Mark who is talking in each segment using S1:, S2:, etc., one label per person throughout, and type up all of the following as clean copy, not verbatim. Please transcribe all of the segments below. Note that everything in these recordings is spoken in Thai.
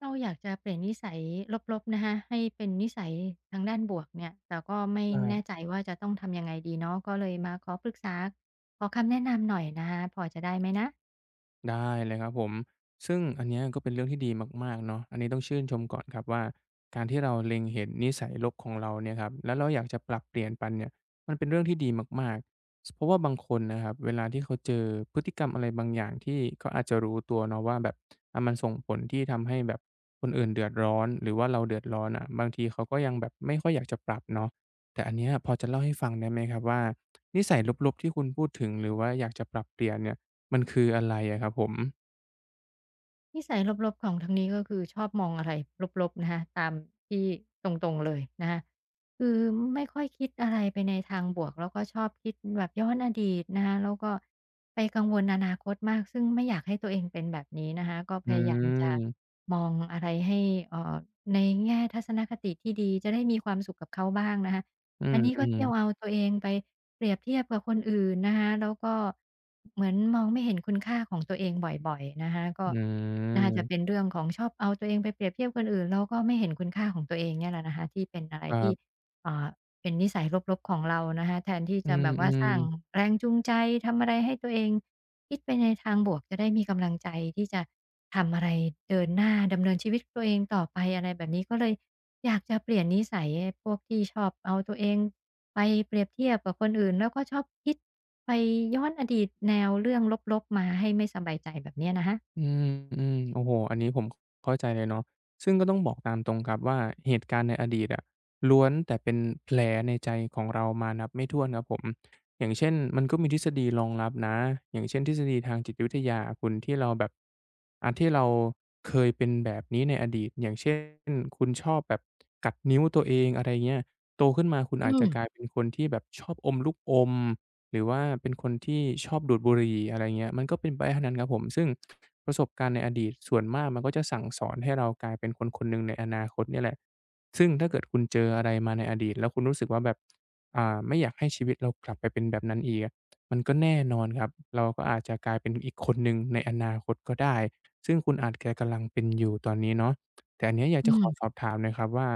S1: เราอยากจะเปลี่ยนนิสัยลบๆนะคะให้เป็นนิสัยทางด้านบวกเนี่ยแต่ก็ไม่
S2: ค
S1: แน่
S2: รับ
S1: ใจว่าจะต้องทำยังไงดีเนาะก็เลยมาขอปรึกษาขอคำแนะนำหน่อยนะคะพอจะได้ไหมนะ
S2: ได้เลยครับผมซึ่งอันเนี้ยก็เป็นเรื่องที่ดีมากๆเนาะอันนี้ต้องชื่นชมก่อนครับว่าการที่เราเล็งเห็นนิสัยลบของเราเนี่ยครับแล้วเราอยากจะปรับเปลี่ยนปันเนี่ยมันเป็นเรื่องที่ดีมากๆสเพราะว่าบางคนนะครับเวลาที่เขาเจอพฤติกรรมอะไรบางอย่างที่เขาอาจจะรู้ตัวเนาะว่าแบบอามันส่งผลที่ทำให้แบบคนอื่นเดือดร้อนหรือว่าเราเดือดร้อนอะบางทีเขาก็ยังแบบไม่ค่อยอยากจะปรับเนาะแต่อันเนี้ยพอจะเล่าให้ฟังได้ไหมครับว่านิสัยลบๆที่คุณพูดถึงหรือว่าอยากจะปรับเปลี่ยนเนี่ย มันคืออะไรอะครับผม
S1: นิสัยลบๆของทางนี้ก็คือชอบมองอะไรลบๆนะคะตามที่ตรงๆเลยนะคะคือไม่ค่อยคิดอะไรไปในทางบวกแล้วก็ชอบคิดแบบย้อนอดีตนะคะแล้วก็ไปกังวลอนาคตมากซึ่งไม่อยากให้ตัวเองเป็นแบบนี้นะคะก็พ
S2: อื
S1: ยายามจะ
S2: ม
S1: มองอะไรให้เอ่อในแง่ทัศนคติที่ดีจะได้มีความสุขกับเขาบ้างนะคะ
S2: อื
S1: อันนี้ก็
S2: ม
S1: เที่ยวเอา
S2: ๆ
S1: ตัวเองไปเปรียบเทียบกับคนอื่นนะคะแล้วก็เหมือนมองไม่เห็นคุณค่าของตัวเองบ่อยๆนะคะก็
S2: อื
S1: น่าจะเป็น
S2: ม
S1: เรื่องของชอบเอาตัวเองไปเปรียบเทียบคนอื่นแล้วก็ไม่เห็นคุณค่าของตัวเองเนี่ยแหละนะคะที่เป็นอะไร
S2: ครั
S1: ที่
S2: บ
S1: เอ่าเป็นนิสัยลบๆของเรานะคะแทนที่
S2: อื
S1: จะแบบว่าส
S2: ม
S1: ร้าง
S2: ๆ
S1: แรงจูงใจทำอะไรให้ตัวเองคิดไปในทางบวกจะได้มีกำลังใจที่จะทำอะไรเดินหน้าดำเนินชีวิตตัวเองต่อไปอะไรแบบนี้ก็เลย อยากจะเปลี่ยนนิสัยไอ้พวกที่ชอบเอาตัวเองไปเปรียบเทียบกับคนอื่นแล้วก็ชอบคิดไปย้อนอดีตแนวเรื่องลบๆมาให้ไม่สบายใจแบบเนี้ยนะคะ
S2: อืมอืมโอ้โหอันนี้ผมเข้าใจเลยเนาะซึ่งก็ต้องบอกตามตรงครับว่าเหตุการณ์ในอดีตอะล้วนแต่เป็นแผลในใจของเรามานับไม่ถ้วนครับผมอย่างเช่นมันก็มีทฤษฎีรองรับนะอย่างเช่นทฤษฎีทางจิตวิทยาคุณที่เราแบบอันที่เราเคยเป็นแบบนี้ในอดีตอย่างเช่นคุณชอบแบบกัดนิ้วตัวเองอะไรเงี้ยโตขึ้นมาคุณ
S1: อื
S2: อาจจะกลาย
S1: ม
S2: เป็นคนที่แบบชอบอมลูกอม หรือว่าเป็นคนที่ชอบดูดบุหรี่อะไรเงี้ยมันก็เป็นไปได้ทั้งนั้นครับผมซึ่งประสบการณ์ในอดีตส่วนมากมันก็จะสั่งสอนให้เรากลายเป็นคนคนหนึ่งในอนาคตเนี่ยแหละซึ่งถ้าเกิดคุณเจออะไรมาในอดีตแล้วคุณรู้สึกว่าแบบไม่อยากให้ชีวิตเรากลับไปเป็นแบบนั้นอีกอะมันก็แน่นอนครับเราก็อาจจะกลายเป็นอีกคนหนึ่งในอนาคตก็ได้ซึ่งคุณอาจจะกำลังเป็นอยู่ตอนนี้เนาะ แต่อันเนี้ยอยาก
S1: อื
S2: จะขอส
S1: ม
S2: อบถามหน่อยครับว่า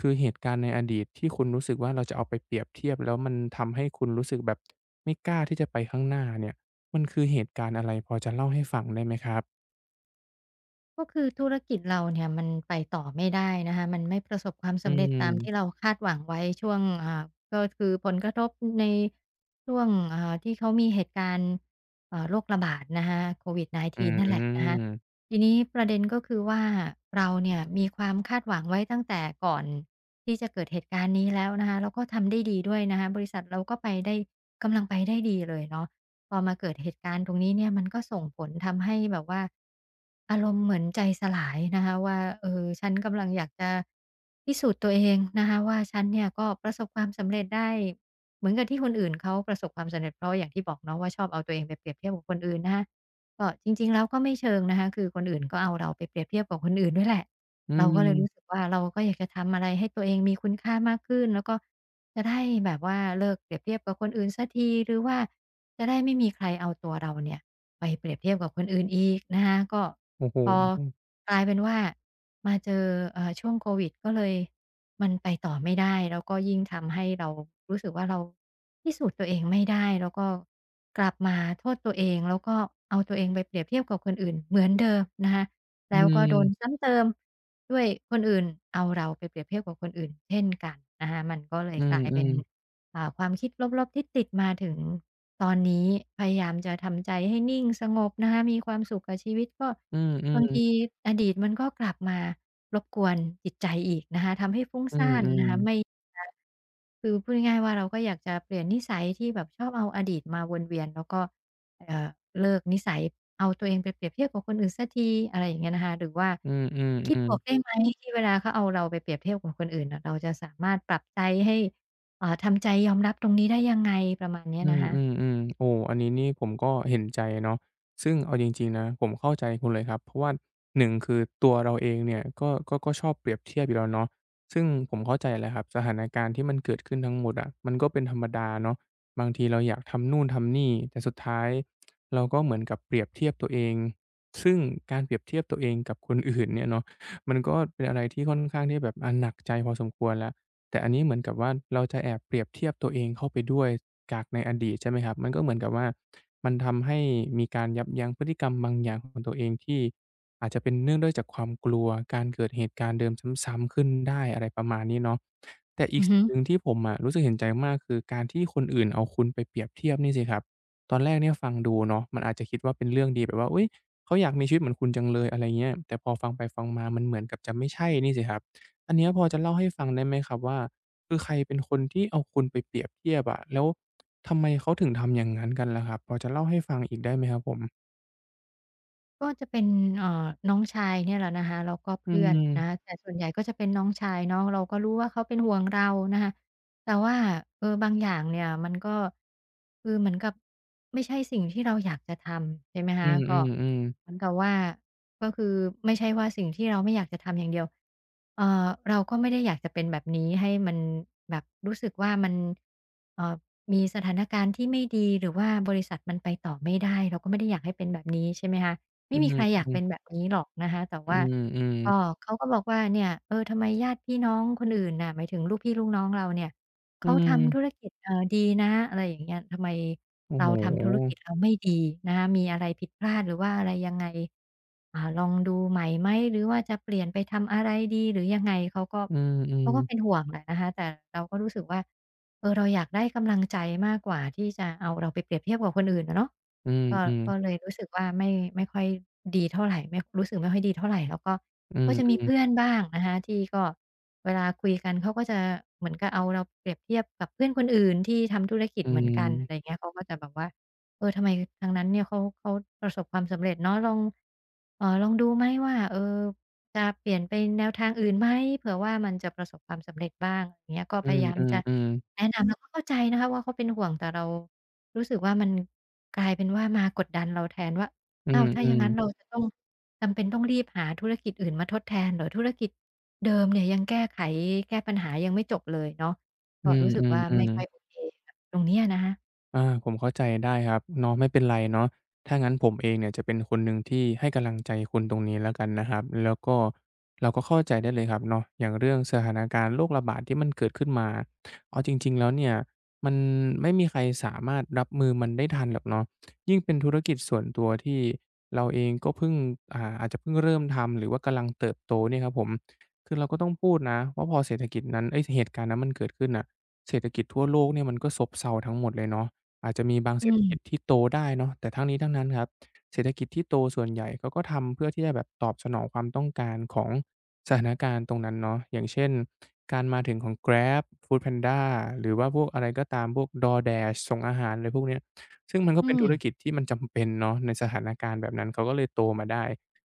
S2: คือเหตุการณ์ในอดีตที่คุณรู้สึกว่าเราจะเอาไปเปรียบเทียบแล้วมันทำให้คุณรู้สึกแบบไม่กล้าที่จะไปข้างหน้าเนี่ยมันคือเหตุการณ์อะไรพอจะเล่าให้ฟังได้ไหมครับ
S1: ก็คือธุรกิจเราเนี่ยมันไปต่อไม่ได้นะคะมันไม่ประสบความ
S2: อื
S1: สำเร็จตามที่เรา
S2: ม
S1: คาดหวังไว้ช่วงก็คือผลกระทบในช่วงที่เขามีเหตุการณ์โรคระบาดนะคะโควิด v i d
S2: อื
S1: 1 9นั่นแหละนะคะ
S2: ม
S1: ทีนี้ประเด็นก็คือว่าเราเนี่ยมีความคาดหวังไว้ตั้งแต่ก่อนที่จะเกิดเหตุการณ์นี้แล้วนะคะแล้วก็ทำได้ดีด้วยนะคะบริษัทเราก็ไปได้กำลังไปได้ดีเลยเนาะ พอมาเกิดเหตุการณ์ตรงนี้เนี่ยมันก็ส่งผลทำให้แบบว่าอารมณ์เหมือนใจสลายนะคะว่าเออฉันกำลังอยากจะพิสูจน์ตัวเองนะคะว่าฉันเนี่ยก็ประสบความสำเร็จได้เหมือนกับที่คนอื่นเขาประสบความสำเร็จเพราะอย่างที่บอกเนาะว่าชอบเอาตัวเองไปเปรียบเทียบกับคนอื่นนะคะก็จริงๆแล้วก็ไม่เชิงนะคะคือคนอื่นก็เอาเราไปเปรียบเทียบกับคนอื่นด้วยแหละ
S2: อื
S1: เราก็เลยรู้สึก
S2: ม
S1: ว่าเราก็อยากจะทำอะไรให้ตัวเองมีคุณค่ามากขึ้นแล้วก็จะได้แบบว่าเลิกเปรียบเทียบกับคนอื่นสักทีหรือว่า จะได้ไม่มีใครเอาตัวเราเนี่ยไปเปรียบเทียบกับคนอื่นอีกนะคะก็
S2: โอ้โฮ
S1: พอกลายเป็นว่ามาเจอช่วงโควิดก็เลยมันไปต่อไม่ได้แล้วก็ยิ่งทำให้เรารู้สึกว่าเราพิสูจน์ตัวเองไม่ได้แล้วก็กลับมาโทษตัวเองแล้วก็เอาตัวเองไปเปรียบเทียบกับคนอื่นเหมือนเดิมนะคะ
S2: อื
S1: แล้วก็โดน
S2: ม
S1: ซ้ำเติมด้วยคนอื่นเอาเราไปเปรียบเทียบกับคนอื่นเช่นกันนะคะมันก็เลย
S2: อื
S1: กลายเป็
S2: ม
S1: น
S2: ๆ
S1: ความคิดลบๆที่ติดมาถึงตอนนี้พยายามจะทำใจให้นิ่งสงบนะคะมีความสุขกับชีวิตก็
S2: อื
S1: บา
S2: อ
S1: งที
S2: ๆ
S1: อดีตมันก็กลับมารบกวนจิตใจอีกนะคะทำให้ฟุ้ง
S2: อื
S1: ซ่าน
S2: อ
S1: นะคะไม่
S2: ๆ
S1: จะคือพูดง่ายๆว่าเราก็อยากจะเปลี่ยนนิสัยที่แบบชอบเอาอดีตมาวนเวียนแล้วก็เอ่อเลิกนิสัยเอาตัวเองไปเปรียบเทียบกับคนอื่นเสียทีอะไรอย่างเงี้ยนะคะหรือว่า
S2: อือๆอื
S1: คิด
S2: อ
S1: บ
S2: ๆ
S1: วก
S2: ๆ
S1: ได้ไหมที่เวลาเขาเอาเราไปเปรียบเทียบกับคนอื่นน่ะเราจะสามารถปรับใจให้ ทำใจยอมรับตรงนี้ได้ยังไงประมาณเนี้ย
S2: อื
S1: นะ
S2: ม
S1: คะ
S2: อืมอืมโอ้อันนี้นี่ผมก็เห็นใจเนาะซึ่งเอาจริงๆนะผมเข้าใจคุณเลยครับเพราะว่า1คือตัวเราเองเนี่ยก็ชอบเปรียบเทียบอยู่แล้วเนาะซึ่งผมเข้าใจแหละครับสถานการณ์ที่มันเกิดขึ้นทั้งหมดอะมันก็เป็นธรรมดาเนาะบางทีเราอยากทำนู่นทำนี่แต่สุดท้ายเราก็เหมือนกับเปรียบเทียบตัวเองซึ่งการเปรียบเทียบตัวเองกับคนอื่นเนี่ยเนาะมันก็เป็นอะไรที่ค่อนข้างที่แบบหนักใจพอสมควรแล้ว แต่อันนี้เหมือนกับว่าเราจะแอบเปรียบเทียบตัวเองเข้าไปด้วยจากในอดีตใช่ไหมครับมันก็เหมือนกับว่ามันทำให้มีการยับยั้งพฤติกรรมบางอย่างของตัวเองที่อาจจะเป็นเนื่องด้วยจากความกลัวการเกิดเหตุการณ์เดิมซ้ำๆขึ้นได้อะไรประมาณนี้เนาะแต่อี
S1: อื
S2: ก
S1: อฮึ
S2: สิ่งหนึ่งที่ผมอะรู้สึกเห็นใจมากคือการที่คนอื่นเอาคุณไปเปรียบเทียบนี่สิครับตอนแรกเนี่ยฟังดูเนาะมันอาจจะคิดว่าเป็นเรื่องดีแบบว่าอุ๊ยเขาอยากมีชีวิตเหมือนคุณจังเลยอะไรเงี้ยแต่พอฟังไปฟังมามันเหมือนกับจะไม่ใช่นี่สิครับ อันเนี้ยพอจะเล่าให้ฟังได้ไหมครับว่าคือใครเป็นคนที่เอาคุณไปเปรียบเทียบอะแล้วทำไมเขาถึงทำอย่างงั้นกันล่ะครับพอจะเล่าให้ฟังอีกได้ไหมครับผม
S1: ก็จะเป็นเอ่อน้องชายเนี่ยแหละนะคะแล้วก็
S2: อื
S1: เพื่อนนะคะ
S2: ม
S1: แต่ส่วนใหญ่ก็จะเป็นน้องชายเนาะเราก็รู้ว่าเขาเป็นห่วงเรานะคะ แต่ว่าบางอย่างเนี่ยมันก็คือเหมือนกับไม่ใช่สิ่งที่เราอยากจะทำใช่ไหม
S2: อื
S1: คะก็
S2: มๆ
S1: เห
S2: ๆ
S1: มือนกับว่าก็คือไม่ใช่ว่าสิ่งที่เราไม่อยากจะทำอย่างเดียวเราก็ไม่ได้อยากจะเป็นแบบนี้ให้มันแบบรู้สึกว่ามันเอ่อมีสถานการณ์ที่ไม่ดีหรือว่าบริษัทมันไปต่อไม่ได้เราก็ไม่ได้อยากให้เป็นแบบนี้ใช่ไหมคะ
S2: อื
S1: ไม่มีใครอยาก
S2: ม
S1: เป็นแบ
S2: ๆ
S1: บนี้หรอกนะคะแต่
S2: อื
S1: ว่า
S2: มอืม
S1: ก็เขาก็บอกว่าเนี่ยทำไมญาติพี่น้องคนอื่นน่ะหมายถึงลูกพี่ลูกน้องเราเนี่ย
S2: อื
S1: เขาทำ
S2: ม
S1: ธุรกิจดีนะอะไรอย่างเงี้ยทำไม
S2: โอ้
S1: เรา
S2: โฮ
S1: ทำธุรกิจเราไม่ดีนะคะมีอะไรผิดพลาดหรือว่าอะไรยังไงลองดูใหม่ไหมหรือว่าจะเปลี่ยนไปทำอะไรดีหรือยังไงเขาก็
S2: อื
S1: เขาก็เป็น
S2: ม
S1: ห่วงแหละนะคะแต่เราก็รู้สึกว่าเราอยากได้กำลังใจมากกว่าที่จะเอาเราไปเปรียบเทียบกับคนอื่นอะเนาะ
S2: ๆอืม
S1: ก็
S2: อืม
S1: ก็เลยรู้สึกว่าไม่ค่อยดีเท่าไรไม่รู้สึกไม่ค่อยดีเท่าไรแล้วก็
S2: อื
S1: ก็
S2: ม
S1: จะ
S2: อื
S1: มี
S2: ม
S1: เพื่อนบ้างนะคะที่ก็เวลาคุยกันเขาก็จะเหมือนกับเอาเราเปรียบเทียบกับเพื่อนคนอื่นที่ทำธุรกิจ
S2: อื
S1: เหมือน
S2: ม
S1: กันอะไรอย่างเงี้ยเขาก็จะแบบว่าทำไมทางนั้นเนี่ยเขาประสบความสำเร็จเนาะลองลองดูไหมว่าจะเปลี่ยนไปแนวทางอื่นไหมเผื่อว่ามันจะประสบความสำเร็จบ้างอย่างเงี้ยก็พยายามจะ
S2: ๆ
S1: แนะนำแล้วก็เข้าใจนะคะว่าเขาเป็นห่วงแต่เรารู้สึกว่ามันกลายเป็นว่ามากดดันเราแทนว่า
S2: อื
S1: อ้า
S2: ม
S1: ว
S2: ๆ
S1: ถ้า
S2: อื
S1: อย่า
S2: ม
S1: งงั้น
S2: ๆ
S1: เรา
S2: ๆ
S1: จะต้องจำเป็นต้องรีบหาธุรกิจอื่นมาทดแทนเหรอธุรกิจเดิมเนี่ยยังแก้ไขแก้ปัญหายังไม่จบเลยเนาะ
S2: อื
S1: ก็รู้สึกว่าไม่
S2: ม
S1: ค่อ
S2: ๆ
S1: ยโอ
S2: ๆ
S1: เคกับตรงเนี้ยนะคะ
S2: อาผมเข้าใจได้ครับเนาะไม่เป็นไรเนาะถ้างั้นผมเองเนี่ยจะเป็นคนหนึ่งที่ให้กำลังใจคุณตรงนี้แล้วกันนะครับแล้วก็เราก็เข้าใจได้เลยครับเนาะอย่างเรื่องสถานการณ์โรคระบาดที่มันเกิดขึ้นมาเอาจริงๆแล้วเนี่ยมันไม่มีใครสามารถรับมือมันได้ทันหรอกเนาะยิ่งเป็นธุรกิจส่วนตัวที่เราเองก็เพิ่งอาจจะเพิ่งเริ่มทำหรือว่ากำลังเติบโตเนี่ยครับผมคือเราก็ต้องพูดนะว่าพอเศรษฐกิจนั้นเอ๊ยเหตุการณ์นั้นมันเกิดขึ้นน่ะเศรษฐกิจทั่วโลกเนี่ยมันก็ซบเซาทั้งหมดเลยเนาะ อาจจะมีบางเศรษ
S1: อื
S2: ฐกิจ
S1: ม
S2: ที่โตได้เนาะแต่ทั้งนี้ทั้งนั้นครับเศรษฐกิจที่โตส่วนใหญ่เขาก็ทำเพื่อที่จะแบบตอบสนองความต้องการของสถานการณ์ตรงนั้นเนาะอย่างเช่นการมาถึงของ Grab Foodpanda หรือว่าพวกอะไรก็ตามพวก DoorDash ส่งอาหารอะไรพวกเนี้ยซึ่งมันก็
S1: อื
S2: เป็น
S1: ม
S2: ธุรกิจที่มันจำเป็นเนาะในสถานการณ์แบบนั้นเขาก็เลยโตมาได้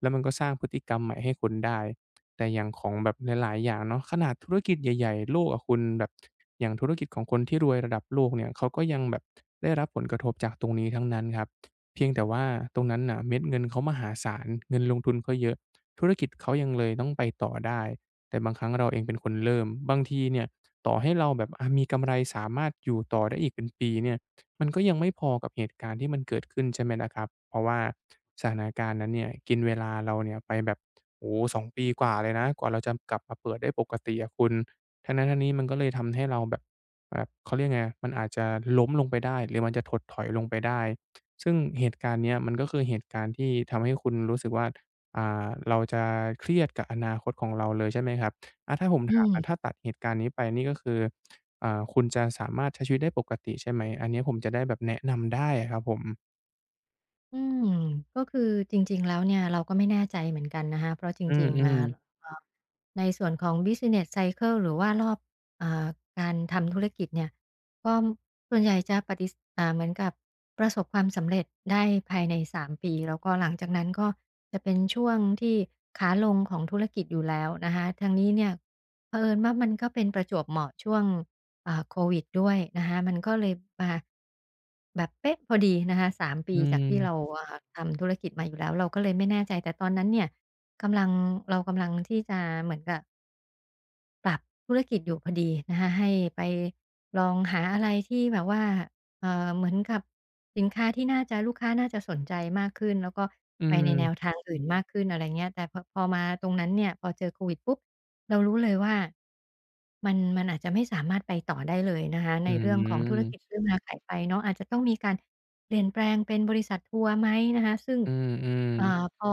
S2: แล้วมันก็สร้างพฤติกรรมใหม่ให้คนได้ แต่อย่างของแบบหลายๆอย่างเนาะขนาดธุรกิจใหญ่ๆโลกอะคุณแบบอย่างธุรกิจของคนที่รวยระดับโลกเนี่ยเขาก็ยังแบบได้รับผลกระทบจากตรงนี้ทั้งนั้นครับเพียงแต่ว่าตรงนั้นน่ะเม็ดเงินเขามหาศาลเงินลงทุนก็เยอะธุรกิจเขายังเลยต้องไปต่อได้แต่บางครั้งเราเองเป็นคนเริ่มบางทีเนี่ยต่อให้เราแบบมีกำไรสามารถอยู่ต่อได้อีกเป็นปีเนี่ย มันก็ยังไม่พอกับเหตุการณ์ที่มันเกิดขึ้นใช่ไหมล่ะครับ เพราะว่าสถานการณ์นั้นเนี่ยกินเวลาเราเนี่ยไปแบบโอ้โฮ2ปีกว่าเลยนะกว่าเราจะกลับมาเปิดได้ปกติอะคุณทั้งนั้นทั้งนี้มันก็เลยทำให้เราแบบแบบเขาเรียกไงมันอาจจะล้มลงไปได้หรือมันจะถดถอยลงไปได้ซึ่งเหตุการณ์เนี้ยมันก็คือเหตุการณ์ที่ทำให้คุณรู้สึกว่าเราจะเครียดกับอนาคตของเราเลยใช่ไหมครับ อาถ้าผม
S1: อื
S2: ถามนะ
S1: ม
S2: ถ้าตัดเหตุการณ์นี้ไปนี่ก็คือคุณจะสามารถใช้ชีวิตได้ปกติใช่ไหมอันเนี้ยผมจะได้แบบแนะนำได้อะครับผม
S1: อืมก็คือจริงๆแล้วเนี่ยเราก็ไม่แน่ใจเหมือนกันนะคะเพราะจ
S2: อื
S1: ริงๆ
S2: มๆ
S1: เอ่อในส่วนของ Business Cycle หรือว่ารอบอ่าการทำธุรกิจเนี่ยก็ส่วนใหญ่จะปฏิสเหมือนกับประสบความสำเร็จได้ภายใน3ปีแล้วก็หลังจากนั้นก็จะเป็นช่วงที่ขาลงของธุรกิจอยู่แล้วนะคะทางนี้เนี่ยเผอิญว่ามันก็เป็นประจวบเหมาะช่วง โควิดด้วยนะคะมันก็เลยมาแบบเป๊ะพอดีนะคะ3
S2: อื
S1: ปีจากที่เรา
S2: ม
S1: ทำธุรกิจมาอยู่แล้วเราก็เลยไม่แน่ใจแต่ตอนนั้นเนี่ยกำลังเรากำลังที่จะเหมือนกับปรับธุรกิจอยู่พอดีนะคะให้ไปลองหาอะไรที่แบบว่า เอ่อเหมือนกับสินค้าที่น่าจะลูกค้าน่าจะสนใจมากขึ้นแล้วก็
S2: อื
S1: ไปในแนว
S2: ม
S1: ทางอื่นมากขึ้นอะไรเงี้ยแต่พอมาตรงนั้นเนี่ยพอเจอโควิดปุ๊บเรารู้เลยว่ามันอาจจะไม่สามารถไปต่อได้เลยนะคะ
S2: อื
S1: ในเรื่องของธุรกิจ
S2: ม
S1: ซื้อมาขายไปเนาะอาจจะต้องมีการเปลี่ยนแปลงเป็นบริษัททัวร์ไหมนะคะซึ่ง
S2: อืม
S1: อ่า
S2: ๆ
S1: พอ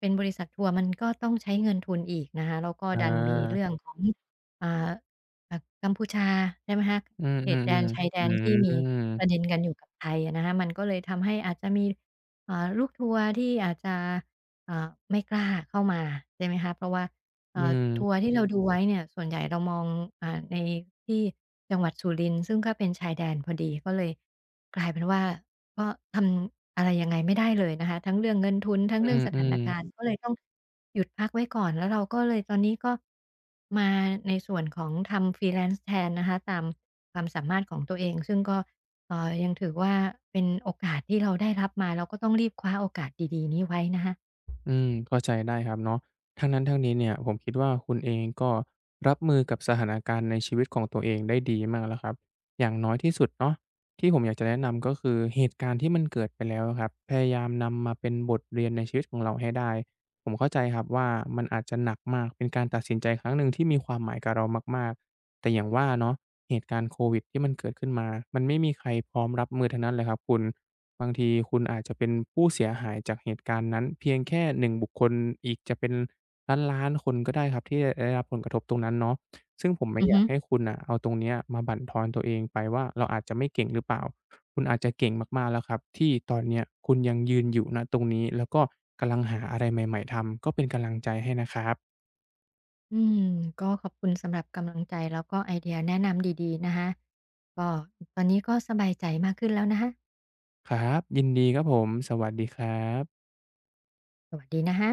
S1: เป็นบริษัททัวร์มันก็ต้องใช้เงินทุนอีกนะคะแล้วก็
S2: อา
S1: ดันมีเรื่องของอ่า อ่ากัมพูชาใช่ไหมคะ
S2: อื
S1: เขตแด
S2: ม
S1: นชา
S2: ๆ
S1: ยแด
S2: ๆอื
S1: นที่มี
S2: ม
S1: ประเด็นกันอยู่กับไทยอะนะคะมันก็เลยทำให้อาจจะมีลูกทัวร์ที่อาจจะไม่กล้าเข้ามาใช่ไหมคะเพราะว่า
S2: อื
S1: อ่าทัวร์
S2: ม
S1: ที่เราดูไว้เนี่ยส่วนใหญ่เรามองในที่จังหวัดสุรินทร์ซึ่งก็เป็นชายแดนพอดีก็เลยกลายเป็นว่า ก็ทำอะไรยังไงไม่ได้เลยนะคะทั้งเรื่องเงินทุนทั้ง
S2: อื
S1: เรื่องสถาน
S2: ม
S1: การ
S2: ๆ
S1: ณ์ก็เลยต้องหยุดพักไว้ก่อนแล้วเราก็เลยตอนนี้ก็มาในส่วนของทำ freelance แทนนะคะตามความสามารถของตัวเองซึ่งก็ยังถือว่าเป็นโอกาสที่เราได้รับมาเราก็ต้องรีบคว้าโอกาสดีๆนี้ไว้นะคะ
S2: อืมเข้าใจได้ครับเนาะทั้งนั้นทั้งนี้เนี่ยผมคิดว่าคุณเองก็รับมือกับสถานการณ์ในชีวิตของตัวเองได้ดีมากแล้วครับอย่างน้อยที่สุดเนาะที่ผมอยากจะแนะนำก็คือเหตุการณ์ที่มันเกิดไปแล้วอะครับพยายามนำมาเป็นบทเรียนในชีวิตของเราให้ได้ผมเข้าใจครับว่ามันอาจจะหนักมากเป็นการตัดสินใจครั้งหนึ่งที่มีความหมายกับเรามากๆแต่อย่างว่าเนาะเหตุการณ์โควิดที่มันเกิดขึ้นมามันไม่มีใครพร้อมรับมือทั้งนั้นเลยครับคุณ บางทีคุณอาจจะเป็นผู้เสียหายจากเหตุการณ์นั้นเพียงแค่หนึ่งบุคคลอีกจะเป็นล้านๆคนก็ได้ครับที่จะได้รับผลกระทบตรงนั้นเนาะซึ่งผมไม่
S1: อือ
S2: อยา
S1: ฮึ
S2: กให้คุณน่ะเอาตรงเนี้ยมาบั่นทอนตัวเองไปว่าเราอาจจะไม่เก่งหรือเปล่าคุณอาจจะเก่งมากๆแล้วครับที่ตอนเนี้ยคุณยังยืนอยู่ณตรงนี้แล้วก็กำลังหาอะไรใหม่ๆทำก็เป็นกำลังใจให้นะครับ
S1: อืมก็ขอบคุณสำหรับกำลังใจแล้วก็ไอเดียแนะนำดีๆนะคะก็ตอนนี้ก็สบายใจมากขึ้นแล้วนะคะ
S2: ครับยินดีครับผมสวัสดีครับ
S1: สวัสดีนะคะ